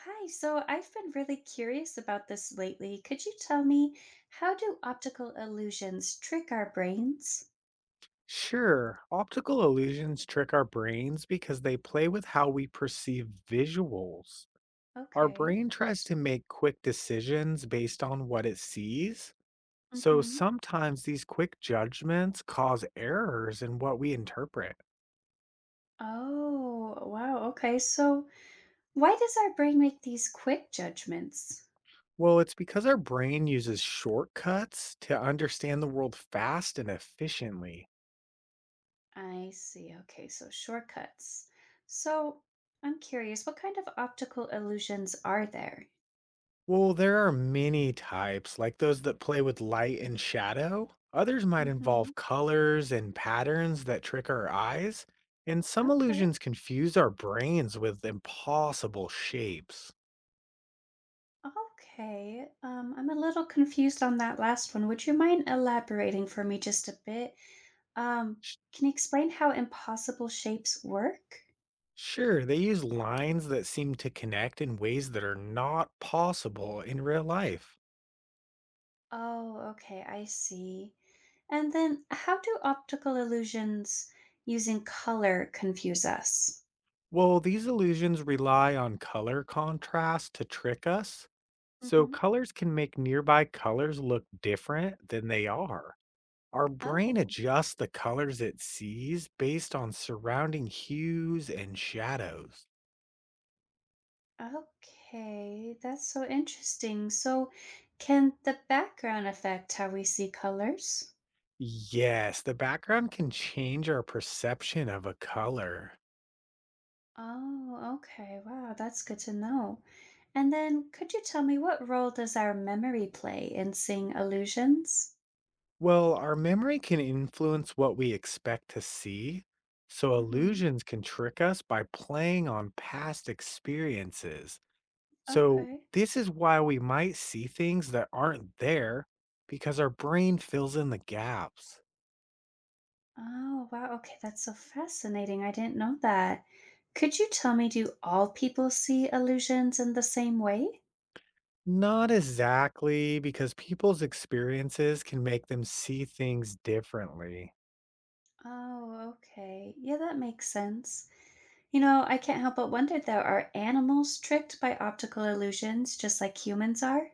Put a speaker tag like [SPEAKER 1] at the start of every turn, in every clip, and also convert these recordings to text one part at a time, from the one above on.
[SPEAKER 1] Hi, so I've been really curious about this lately. Could you tell me, how do optical illusions trick our brains?
[SPEAKER 2] Sure, optical illusions trick our brains because they play with how we perceive visuals. Our
[SPEAKER 1] Okay.
[SPEAKER 2] brain tries to make quick decisions based on what it sees, so
[SPEAKER 1] Mm-hmm.
[SPEAKER 2] sometimes these quick judgments cause errors in what we interpret.
[SPEAKER 1] Oh, wow. Okay, so why does our brain make these quick judgments?
[SPEAKER 2] Well, it's because our brain uses shortcuts to understand the world fast and efficiently.
[SPEAKER 1] I see. Okay, so shortcuts. So I'm curious, what kind of optical illusions are there?
[SPEAKER 2] Well, there are many types, like those that play with light and shadow. Others might
[SPEAKER 1] Mm-hmm.
[SPEAKER 2] involve colors and patterns that trick our eyes. And some
[SPEAKER 1] Okay.
[SPEAKER 2] illusions confuse our brains with impossible shapes.
[SPEAKER 1] Okay, I'm a little confused on that last one. Would you mind elaborating for me just a bit? Um,
[SPEAKER 2] Sh-
[SPEAKER 1] can you explain how impossible shapes work?
[SPEAKER 2] Sure, they use lines that seem to connect in ways that are not possible in real life.
[SPEAKER 1] Oh, okay, I see. And then how do optical illusions using color confuse us?
[SPEAKER 2] Well, these illusions rely on color contrast to trick us. So
[SPEAKER 1] Hmm.
[SPEAKER 2] colors can make nearby colors look different than they are. Our brain
[SPEAKER 1] Oh,
[SPEAKER 2] adjusts the colors it sees based on surrounding hues and shadows.
[SPEAKER 1] okay. That's so interesting. So, can the background affect how we see colors?
[SPEAKER 2] Yes, the background can change our perception of a color.
[SPEAKER 1] Oh, okay. Wow, that's good to know. And then, could you tell me, what role does our memory play in seeing illusions?
[SPEAKER 2] Well, our memory can influence what we expect to see, so
[SPEAKER 1] Mm-hmm.
[SPEAKER 2] illusions can trick us by playing on past experiences. So,
[SPEAKER 1] Okay.
[SPEAKER 2] this is why we might see things that aren't there because our brain fills in the gaps.
[SPEAKER 1] Oh, wow. Okay, that's so fascinating. I didn't know that. Could you tell me, do all people see illusions in the same way?
[SPEAKER 2] Not exactly, because people's experiences can make them see things differently.
[SPEAKER 1] Oh, okay. Yeah, that makes sense. You know, I can't help but wonder though, are animals tricked by optical illusions just like humans are?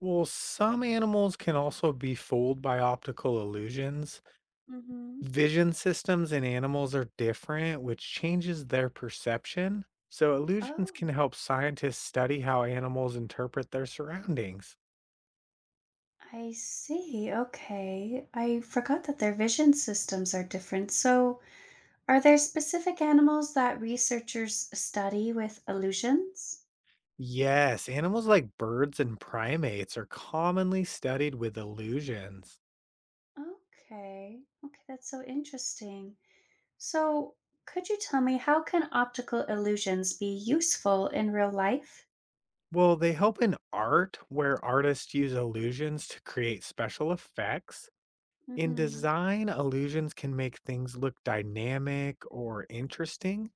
[SPEAKER 2] Well, some animals can also be fooled by optical illusions.
[SPEAKER 1] Mm-hmm.
[SPEAKER 2] Vision systems in animals are different, which changes their perception. So, illusions
[SPEAKER 1] Oh,
[SPEAKER 2] can help scientists study how animals interpret their surroundings.
[SPEAKER 1] I see. Okay. I forgot that their vision systems are different. So, are there specific animals that researchers study with illusions?
[SPEAKER 2] Yes, animals like birds and primates are commonly studied with illusions.
[SPEAKER 1] Okay. Okay, that's so interesting. So, could you tell me, how can optical illusions be useful in real life?
[SPEAKER 2] Well, they help in art, where artists use illusions to create special effects. In
[SPEAKER 1] Hmm.
[SPEAKER 2] design, illusions can make things look dynamic or interesting.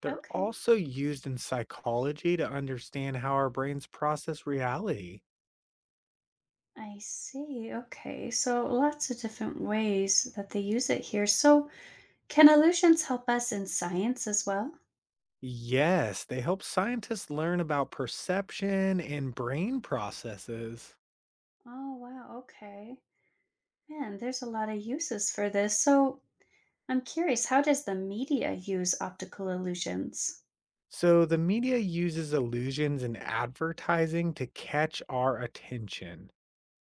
[SPEAKER 2] They're
[SPEAKER 1] Okay.
[SPEAKER 2] also used in psychology to understand how our brains process reality.
[SPEAKER 1] I see. Okay. So, lots of different ways that they use it here. So, can illusions help us in science as well?
[SPEAKER 2] Yes, they help scientists learn about perception and brain processes.
[SPEAKER 1] Oh, wow. Okay. Man, there's a lot of uses for this. So, I'm curious, how does the media use optical illusions?
[SPEAKER 2] So the media uses illusions and advertising to catch our attention.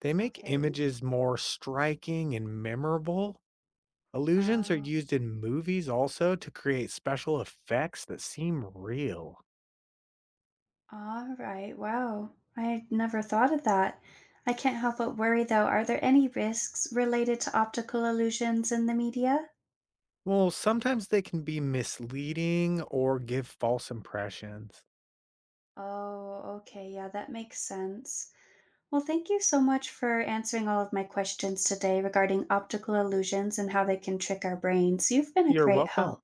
[SPEAKER 2] They make
[SPEAKER 1] Okay.
[SPEAKER 2] images more striking and memorable. Illusions are
[SPEAKER 1] Oh.
[SPEAKER 2] used in movies also to create special effects that seem real.
[SPEAKER 1] Alright, wow. I never thought of that. I can't help but worry though, are there any risks related to optical illusions in the media?
[SPEAKER 2] Well, sometimes they can be misleading or give false impressions.
[SPEAKER 1] Oh, okay, yeah, that makes sense. Well, thank you so much for answering all of my questions today regarding optical illusions and how they can trick our brains. You've been a
[SPEAKER 2] You're
[SPEAKER 1] great
[SPEAKER 2] welcome.
[SPEAKER 1] help.